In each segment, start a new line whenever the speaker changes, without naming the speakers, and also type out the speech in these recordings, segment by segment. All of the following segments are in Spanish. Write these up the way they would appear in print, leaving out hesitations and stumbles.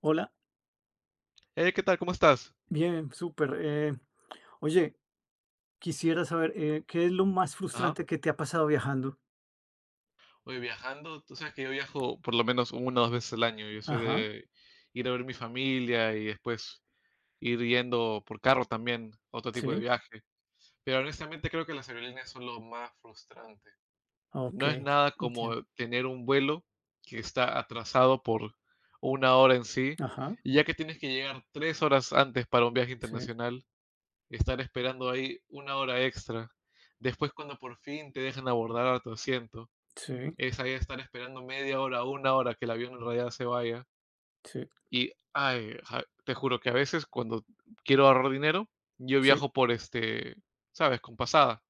Hola,
¿Qué tal? ¿Cómo estás?
bien, súper. Oye, quisiera saber, ¿qué es lo más
Ajá.
frustrante que te ha pasado viajando?
Hoy viajando, tú sabes que yo viajo por lo menos una o dos veces al año. Yo soy
Ajá,
de ir a ver mi familia y después ir yendo por carro también, otro tipo de
sí,
viaje. Pero honestamente creo que las aerolíneas son lo más frustrante.
ok,
No es nada
entiendo.
como tener un vuelo que está atrasado por 1 hora en sí,
Ajá,
y ya que tienes que llegar 3 horas antes para un viaje
sí,
internacional, estar esperando ahí 1 hora extra. Después cuando por fin te dejan abordar a tu asiento
sí,
es ahí estar esperando media hora, 1 hora que el avión en realidad se vaya.
sí,
Y, ay, te juro que a veces cuando quiero ahorrar dinero, yo
sí,
viajo por ¿sabes? Con pasada.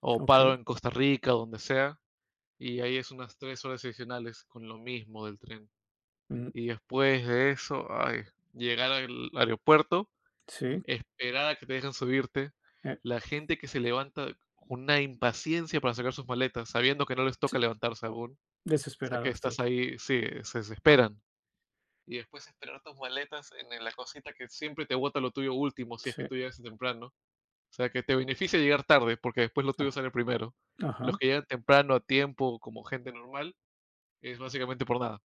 O
ok,
paro en Costa Rica, donde sea. Y ahí es unas 3 horas adicionales con lo mismo del tren.
mm,
Y después de eso, ay, llegar al aeropuerto,
sí,
esperar a que te dejen subirte.
eh,
La gente que se levanta con una impaciencia para sacar sus maletas, sabiendo que no les toca
sí,
levantarse aún. Sea que
desesperados todo,
estás ahí, sí, se desesperan. Y después esperar tus maletas en la cosita que siempre te bota lo tuyo último, si es
sí,
que tú llegas temprano. O sea que te beneficia llegar tarde, porque después lo tuyo
ah,
sale primero.
ajá,
Los que llegan temprano, a tiempo, como gente normal, es básicamente por nada.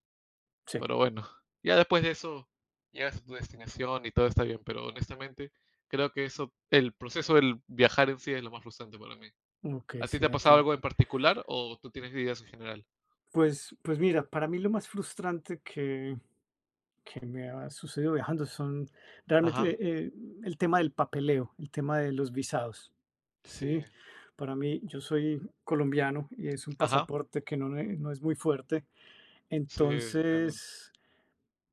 sí,
Pero bueno, ya después de eso llegas a tu destinación y todo está bien, pero honestamente creo que eso, el proceso del viajar en sí es lo más frustrante para mí.
ok,
¿A ti te
sí,
ha pasado
entiendo.
algo en particular o tú tienes ideas en general?
Pues mira, para mí lo más frustrante que me ha sucedido viajando son
Ajá,
realmente el tema del papeleo, el tema de los visados.
sí,
Sí, para mí, yo soy colombiano y es un
ajá.
pasaporte que no, no es muy fuerte.
Sí, realmente.
Entonces,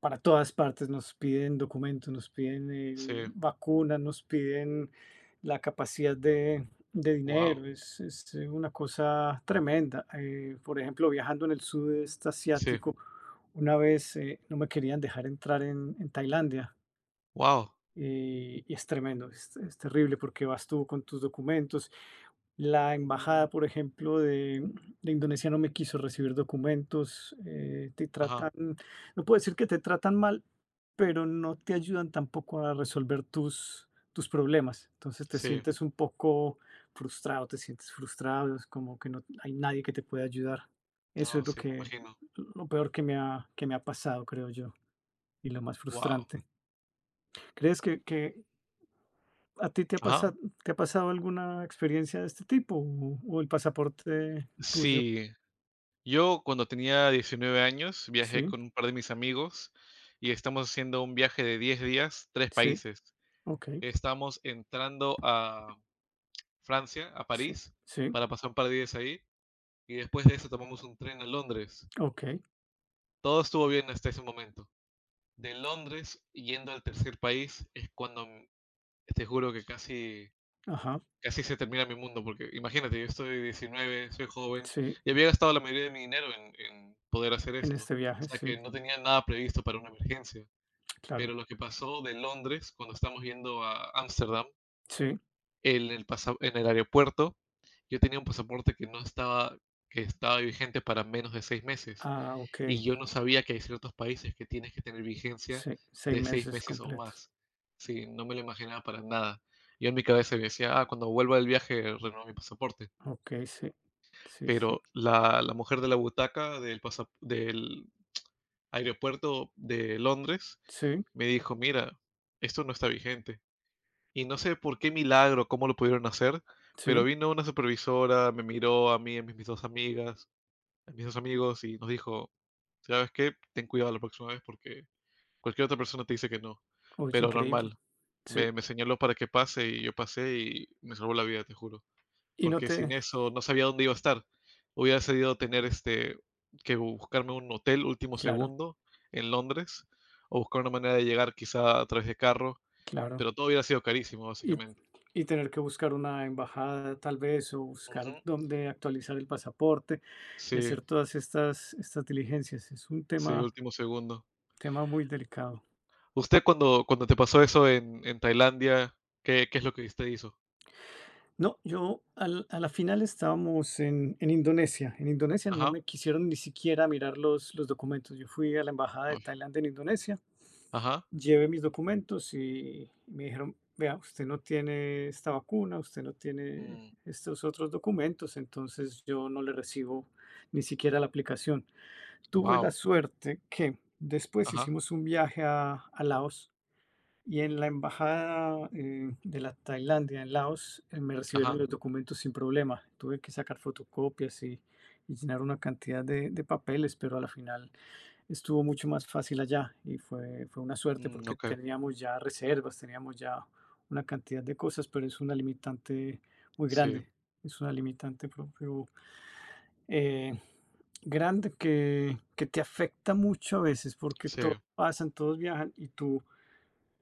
para todas partes, nos piden documentos, nos piden
Sí,
el vacunas, nos piden la capacidad de
wow,
dinero, es una cosa tremenda. Por ejemplo, viajando en el sudeste
sí,
asiático, una vez no me querían dejar entrar en Tailandia
wow,
y es tremendo, es terrible porque vas tú con tus documentos la
ujú.
embajada, por ejemplo, de Indonesia no me quiso recibir documentos, te
Ajá,
tratan, no puedo decir que te tratan mal, pero no te ayudan tampoco a resolver tus, tus problemas. Entonces te
sí.
sientes un poco frustrado, te sientes frustrado, es como que no hay nadie que te pueda ayudar. Eso
No,
es lo
sí, me
que,
imagino.
lo peor que me ha pasado, creo yo, y lo más
Wow,
frustrante. ¿Crees que ¿A ti
ajá.
te ha pasado alguna experiencia de este tipo? O el pasaporte tuyo?
Sí, yo cuando tenía 19 años viajé
Sí,
con un par de mis amigos y estamos haciendo un viaje de 10 días, tres
sí,
países.
okey,
Estamos entrando a Francia, a
sí,
París,
sí,
para pasar un par de días ahí y después de eso tomamos un tren a Londres.
okey,
Todo estuvo bien hasta ese momento. De Londres, yendo al tercer país, es cuando, te juro que casi
ajá,
Casi se termina mi mundo, porque imagínate, yo estoy 19 soy joven,
sí,
y había gastado la mayoría de mi dinero en poder hacer
en
esto.
este
O
viaje,
sea, que
sí,
no tenía nada previsto para una emergencia.
claro,
Pero lo que pasó de Londres, cuando estamos yendo a Ámsterdam,
sí,
en el aeropuerto, yo tenía un pasaporte que no estaba que estaba vigente para menos de 6 meses,
ah, okey,
y yo no sabía que hay ciertos países que tienes que tener vigencia
sí, 6
de 6
meses
meses o
completos,
más. Sí, no me lo imaginaba para nada. Yo en mi cabeza decía: "Ah, cuando vuelva del viaje, renuevo mi pasaporte".
okey, sí, sí, sí,
Pero la mujer de la butaca del aeropuerto de Londres
sí,
me dijo: "Mira, esto no está vigente". Y no sé por qué milagro, cómo lo pudieron hacer, pero
sí,
vino una supervisora, me miró a mí, a mis 2 amigas, a mis 2 amigos y nos dijo: "¿Sabes qué? Ten cuidado la próxima vez porque cualquier otra persona te dice que no".
oye,
Pero
increíble,
normal,
sí,
me señaló para que pase y yo pasé y me salvó la vida, te juro
y no
porque
te
sin eso no sabía dónde iba a estar. Hubiera decidido tener que buscarme un hotel último
claro,
segundo en Londres o buscar una manera de llegar quizá a través de carro,
claro.
pero todo hubiera sido carísimo
Y
básicamente.
y tener que buscar una embajada tal vez, o buscar
Ujú.
dónde actualizar el pasaporte y
Sí,
hacer todas estas estas diligencias. Es un
sí, último segundo.
tema muy delicado.
¿Usted cuando te pasó eso en Tailandia, qué es lo que usted hizo?
No, yo al a la final estábamos en Indonesia. En Indonesia no
Ajá,
me quisieron ni siquiera mirar los documentos. Yo fui a la embajada de
uy,
Tailandia en Indonesia.
ajá,
Llevé mis documentos y me dijeron, vea, usted no tiene esta vacuna, usted no tiene
mm,
estos otros documentos, entonces yo no le recibo ni siquiera la aplicación. Tuve la
wow,
suerte que después
ajá,
hicimos un viaje a Laos y en la embajada de la Tailandia en Laos me recibieron
ajá,
los documentos sin problema. Tuve que sacar fotocopias y llenar una cantidad de papeles, pero a la final estuvo mucho más fácil allá y fue, fue una suerte
mm,
porque
ok,
teníamos ya reservas, teníamos ya una cantidad de cosas, pero es una limitante muy
sí,
grande, es una limitante propio eh, grande que te afecta mucho a veces porque
sí.
todos pasan, todos viajan y tú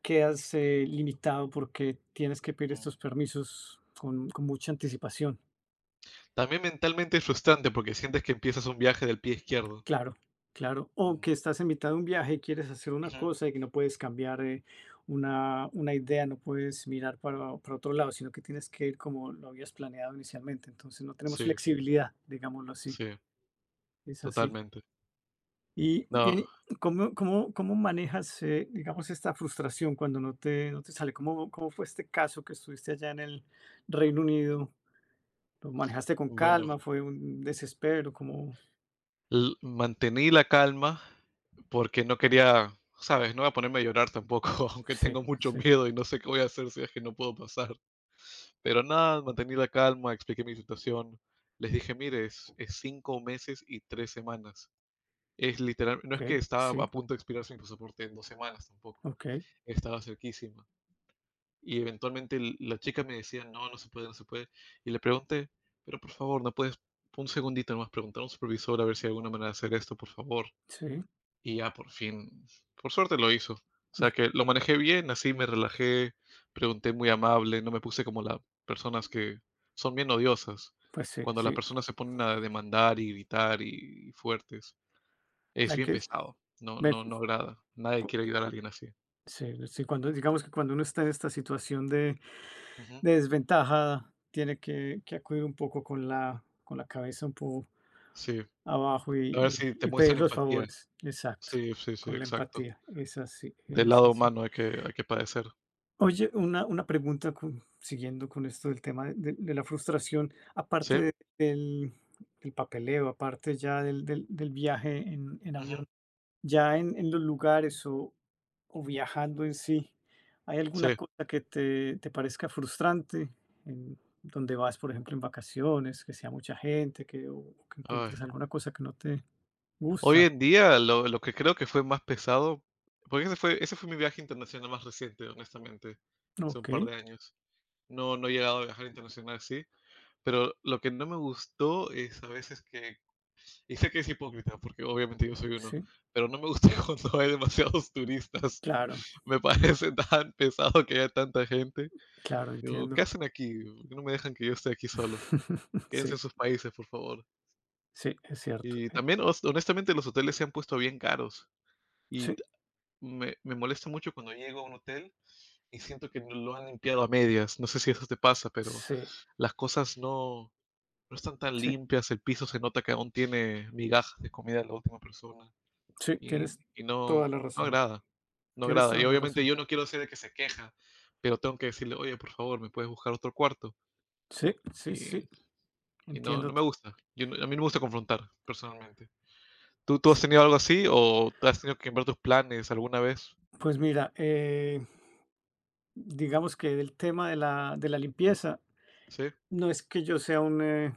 quedas limitado porque tienes que pedir
mm,
estos permisos con mucha anticipación.
También mentalmente es frustrante porque sientes que empiezas un viaje del pie izquierdo.
Claro, claro. O que estás en mitad de un viaje, quieres hacer una
Ujú.
cosa y que no puedes cambiar una idea, no puedes mirar para otro lado, sino que tienes que ir como lo habías planeado inicialmente. Entonces no tenemos
Sí,
flexibilidad, digámoslo así.
sí,
Es así.
totalmente.
Y
No,
bien, y ¿cómo, cómo, cómo manejas, digamos, esta frustración cuando no te, no te sale? ¿Cómo, cómo fue este caso que estuviste allá en el Reino Unido? ¿Lo manejaste con
bueno,
calma? ¿Fue un desespero? Como
mantení la calma porque no quería, sabes, no voy a ponerme a llorar tampoco, aunque
sí,
tengo mucho
sí.
miedo y no sé qué voy a hacer si es que no puedo pasar. Pero nada, mantení la calma, expliqué mi situación. Les dije, mire, es 5 meses y 3 semanas. Es literal, no es que
Ok,
estaba
sí,
a punto de expirar mi pasaporte en 2 semanas tampoco.
ok,
Estaba cerquísima. Y eventualmente la chica me decía, no, no se puede, no se puede. Y le pregunté, pero por favor, no puedes un segundito nomás preguntar a un supervisor a ver si hay alguna manera de hacer esto, por favor.
sí.
Y ya por fin, por suerte lo hizo. O sea
Ve,
que lo manejé bien, así me relajé, pregunté muy amable, no me puse como las personas que son bien odiosas.
pues sí,
Cuando las
sí,
personas se ponen a demandar y gritar y fuertes, es
hay
bien
que
pesado. No,
ver,
no, no agrada. Nadie
cu
quiere ayudar a alguien así.
sí, sí, cuando digamos que cuando uno está en esta situación
Ujú.
de desventaja, tiene que acudir un poco con la cabeza un poco
Sí.
abajo
A ver si te
y pedir
muestran
los
empatía.
favores. Exacto,
Sí, sí, sí,
con la
exacto.
empatía, es así,
Del
es
lado
así.
humano hay que padecer.
Oye, una pregunta con siguiendo con esto del tema de la frustración, aparte
Sí,
de- del del papeleo, aparte ya del del del viaje en
ujú,
avión. Ya en los lugares o viajando en sí, ¿hay alguna
sí,
cosa que te parezca frustrante en donde vas, por ejemplo, en vacaciones, que sea mucha gente, que, o que
ay.
encuentres alguna cosa que no te
Hoy
gusta?
en día, lo que creo que fue más pesado, porque ese fue mi viaje internacional más reciente, honestamente, hace un
Ok,
par de años. No he llegado a viajar internacional, sí, pero lo que no me gustó es a veces que y sé que es hipócrita, porque obviamente yo soy uno,
sí,
pero no me gusta cuando hay demasiados turistas.
claro,
Me parece tan pesado que haya tanta gente.
claro,
Digo: "¿Qué
entiendo.
hacen aquí? ¿Por qué no me dejan que yo esté aquí solo?". Quédense
Sí,
en sus países, por favor.
sí, es cierto.
Y también, os honestamente, los hoteles se han puesto bien caros y
Sí,
t me me molesta mucho cuando llego a un hotel y siento que no lo han limpiado a medias. No sé si eso te pasa, pero
sí,
las cosas no están tan
sí,
limpias, el piso se nota que aún tiene migajas de comida de la última persona
sí,
y
tienes
y
toda
no
la
no
razón.
agrada, no
Tienes
agrada.
toda
Y
la
obviamente
razón.
yo no quiero ser el que se queja, pero tengo que decirle: "Oye, por favor, ¿me puedes buscar otro cuarto?".
Sí, sí,
Y
sí,
y no, no
entiendo.
me gusta. Yo no A mí no me gusta confrontar, personalmente. ¿Tú has
Sí.
tenido algo así o has tenido que cambiar tus planes alguna vez?
Pues mira, digamos que el tema de la limpieza,
Sí,
no es que yo sea un,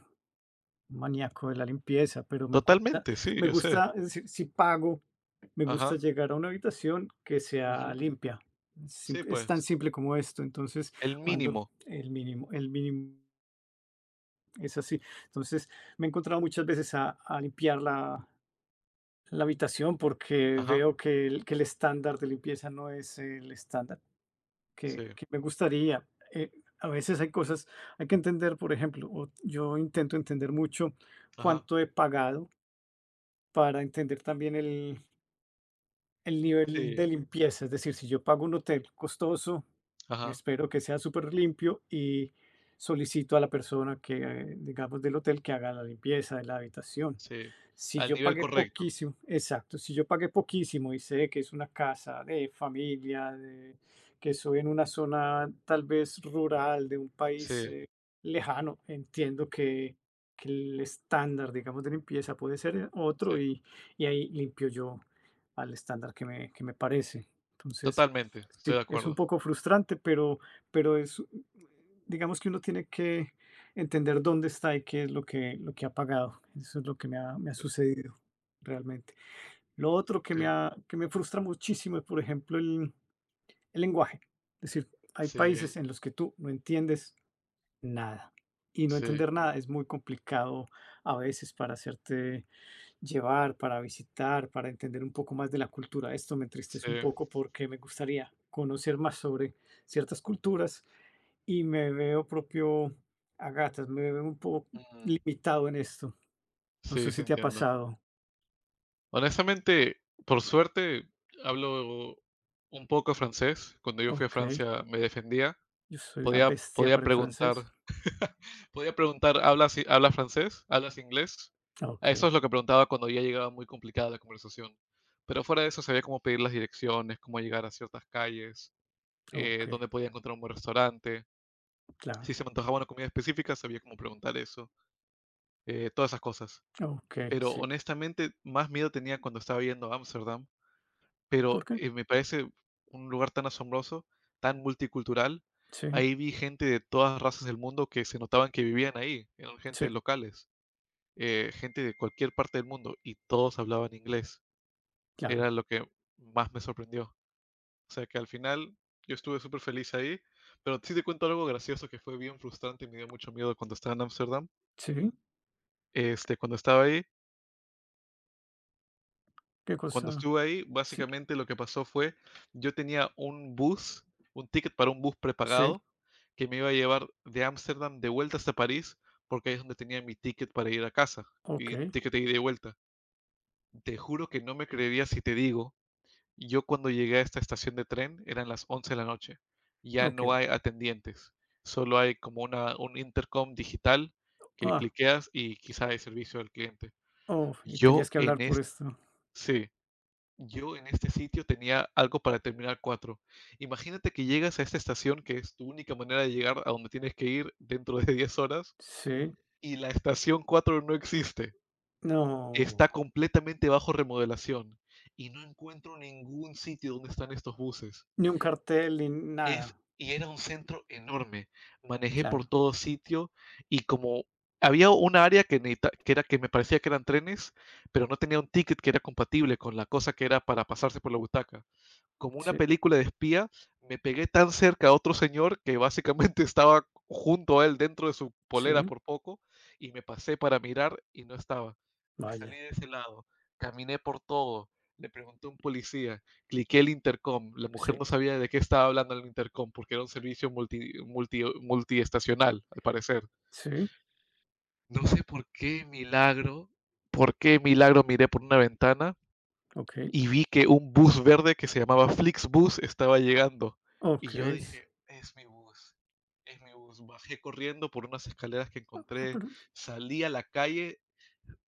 maníaco de la limpieza, pero
totalmente, sí,
me
yo sé.
gusta, es decir, si pago, me gusta
Ajá,
llegar a una habitación que sea
ujú.
limpia. Sim
Sí,
Es tan
pues,
simple como esto, entonces,
el
cuando
mínimo.
el mínimo es así. Entonces, me he encontrado muchas veces a limpiar la la habitación porque
Ajá,
veo que el estándar de limpieza no es el estándar
sí,
que me gustaría. Eh, a veces hay cosas, hay que entender, por ejemplo, o yo intento entender mucho
ajá,
cuánto he pagado para entender también el nivel
sí,
de limpieza, es decir, si yo pago un hotel costoso, me
ajá,
espero que sea súper limpio y solicito a la persona que, digamos, del hotel que haga la limpieza de la habitación.
sí,
Si
al
yo
nivel
pagué
correcto.
poquísimo, exacto, si yo pagué poquísimo y sé que es una casa de familia, de- que soy en una zona tal vez rural de un país
Sí,
lejano, entiendo que el estándar, digamos, de limpieza puede ser
sí,
otro y ahí limpio yo al estándar que me parece. Entonces,
totalmente, estoy
sí,
de
es un
acuerdo.
poco frustrante, pero es, digamos que uno tiene que entender dónde está y qué es lo que ha pagado. Eso es lo que me ha
Sí,
sucedido realmente. Lo otro que me,
sí,
que me frustra muchísimo es, por ejemplo, el lenguaje. Es decir, hay
sí,
países en los que tú no entiendes nada. Y no
sí,
entender nada es muy complicado a veces para hacerte llevar, para visitar, para entender un poco más de la cultura. Esto me
sí.
entristece un poco porque me gustaría conocer más sobre ciertas culturas y me veo propio a gatas, me veo un poco
Mm,
limitado en esto. No sé
sí,
si
sí
te ha
entiendo.
pasado.
Honestamente, por suerte, hablo un poco francés. Cuando yo fui a
Ok,
Francia me defendía.
yo soy una
Podía
bestia
podía
para el
preguntar
francés.
Podía preguntar, ¿hablas francés? ¿Hablas inglés?
Ok,
A Eso es lo que preguntaba cuando ya llegaba muy complicada la conversación. Pero fuera de eso sabía cómo pedir las direcciones, cómo llegar a ciertas calles,
ok,
dónde podía encontrar un buen restaurante.
claro.
Si se me antojaba una comida específica, sabía cómo preguntar eso. Todas esas cosas.
Ok,
Pero
sí.
honestamente, más miedo tenía cuando estaba yendo a Ámsterdam. Pero
¿Por qué?
me parece un lugar tan asombroso, tan multicultural.
Sí,
Ahí vi gente de todas las razas del mundo que se notaban que vivían ahí. Eran gente
sí,
locales. Gente de cualquier parte del mundo y todos hablaban inglés.
claro.
Era lo que más me sorprendió. O sea que al final yo estuve súper feliz ahí, pero sí te cuento algo gracioso que fue bien frustrante y me dio mucho miedo cuando estaba en Ámsterdam.
Sí,
Este, cuando estaba ahí,
qué
cuando
cosa.
estuve ahí,
Sí,
básicamente lo que pasó fue, yo tenía un ticket para un bus
sí,
prepagado que me iba a llevar de Ámsterdam de vuelta hasta París, porque ahí es donde tenía mi ticket para ir a casa
ok,
y ticket de ida y vuelta. Te juro que no me creerías si te digo. Yo cuando llegué a esta estación de tren eran las 11 de la noche. Ya
ok.
no hay atendientes, solo hay como un intercom digital que
Ah,
cliqueas y quizá hay servicio al cliente.
oh, y
Yo
tenías que hablar
en
por
este,
esto.
sí, yo en este sitio tenía algo para terminar 4. Imagínate que llegas a esta estación que es tu única manera de llegar a donde tienes que ir dentro de 10 horas
Sí,
y la estación 4 no existe.
no,
Está completamente bajo remodelación y no encuentro ningún sitio donde están estos buses.
ni un cartel ni nada.
Y era un centro enorme. Manejé por
Claro,
todo sitio y como había una área que me parecía que eran trenes, pero no tenía un ticket que era compatible con la cosa que era para pasarse por la butaca como una
sí,
película de espía, me pegué tan cerca a otro señor que básicamente estaba junto a él dentro de su polera
sí,
por poco y me pasé para mirar y no estaba. Me salí
vaya,
de ese lado, caminé por todo, le pregunté a un policía, cliqué el intercom, la mujer
sí,
no sabía de qué estaba hablando el intercom porque era un servicio multiestacional, al parecer.
sí,
No sé por qué milagro miré por una ventana
okey,
y vi que un bus verde que se llamaba Flixbus estaba llegando. Y yo
okey, sí.
dije, es mi bus, es mi bus. Bajé corriendo por unas escaleras que
Ah, ah,
encontré,
pero
salí a la calle,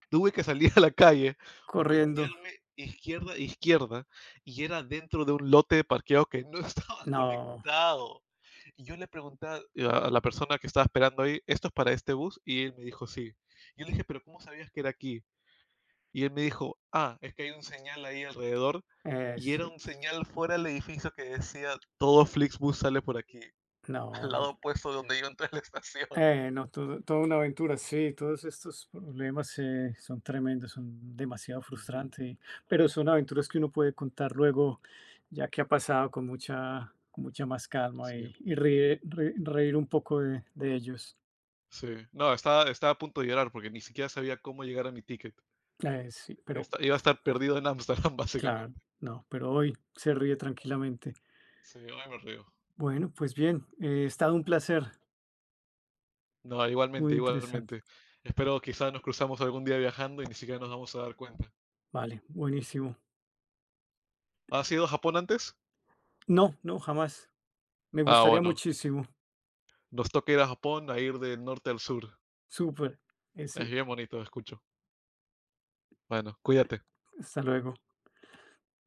tuve que salir a la calle,
corriendo.
voltearme izquierda, izquierda, y era dentro de un lote de parqueo que no estaba
No,
conectado. Y yo le pregunté a la persona que estaba esperando ahí, ¿esto es para este bus? Y él me dijo, sí. Yo le dije, pero ¿cómo sabías que era aquí? Y él me dijo, ah, es que hay un señal ahí alrededor. Y era
sí,
un señal fuera del edificio que decía, todo Flixbus sale por aquí,
no,
al
no,
lado opuesto de donde yo entré a la estación.
no, todo toda una aventura, sí, todos estos problemas, son tremendos, son demasiado
Ujú,
frustrantes pero son aventuras que uno puede contar luego, ya que ha pasado con mucha más calma
sí,
y ríe re reír un poco de ellos.
sí. No, estaba a punto de llorar porque ni siquiera sabía cómo llegar a mi ticket.
Sí, pero
Iba a estar perdido en Ámsterdam,
claro,
básicamente.
no, pero hoy se ríe tranquilamente.
Sí, hoy me río.
Bueno, pues bien, ha estado un placer,
No,
muy
igualmente,
interesante.
igualmente. Espero quizás nos cruzamos algún día viajando y ni siquiera nos vamos a dar cuenta.
Vale, buenísimo.
¿Has ido a Japón antes?
No, no, jamás. Me
Ah,
gustaría
bueno.
muchísimo.
Nos toca ir a Japón a ir del norte al sur.
Súper.
Es
Sí,
bien bonito, escucho. Bueno, cuídate.
hasta luego.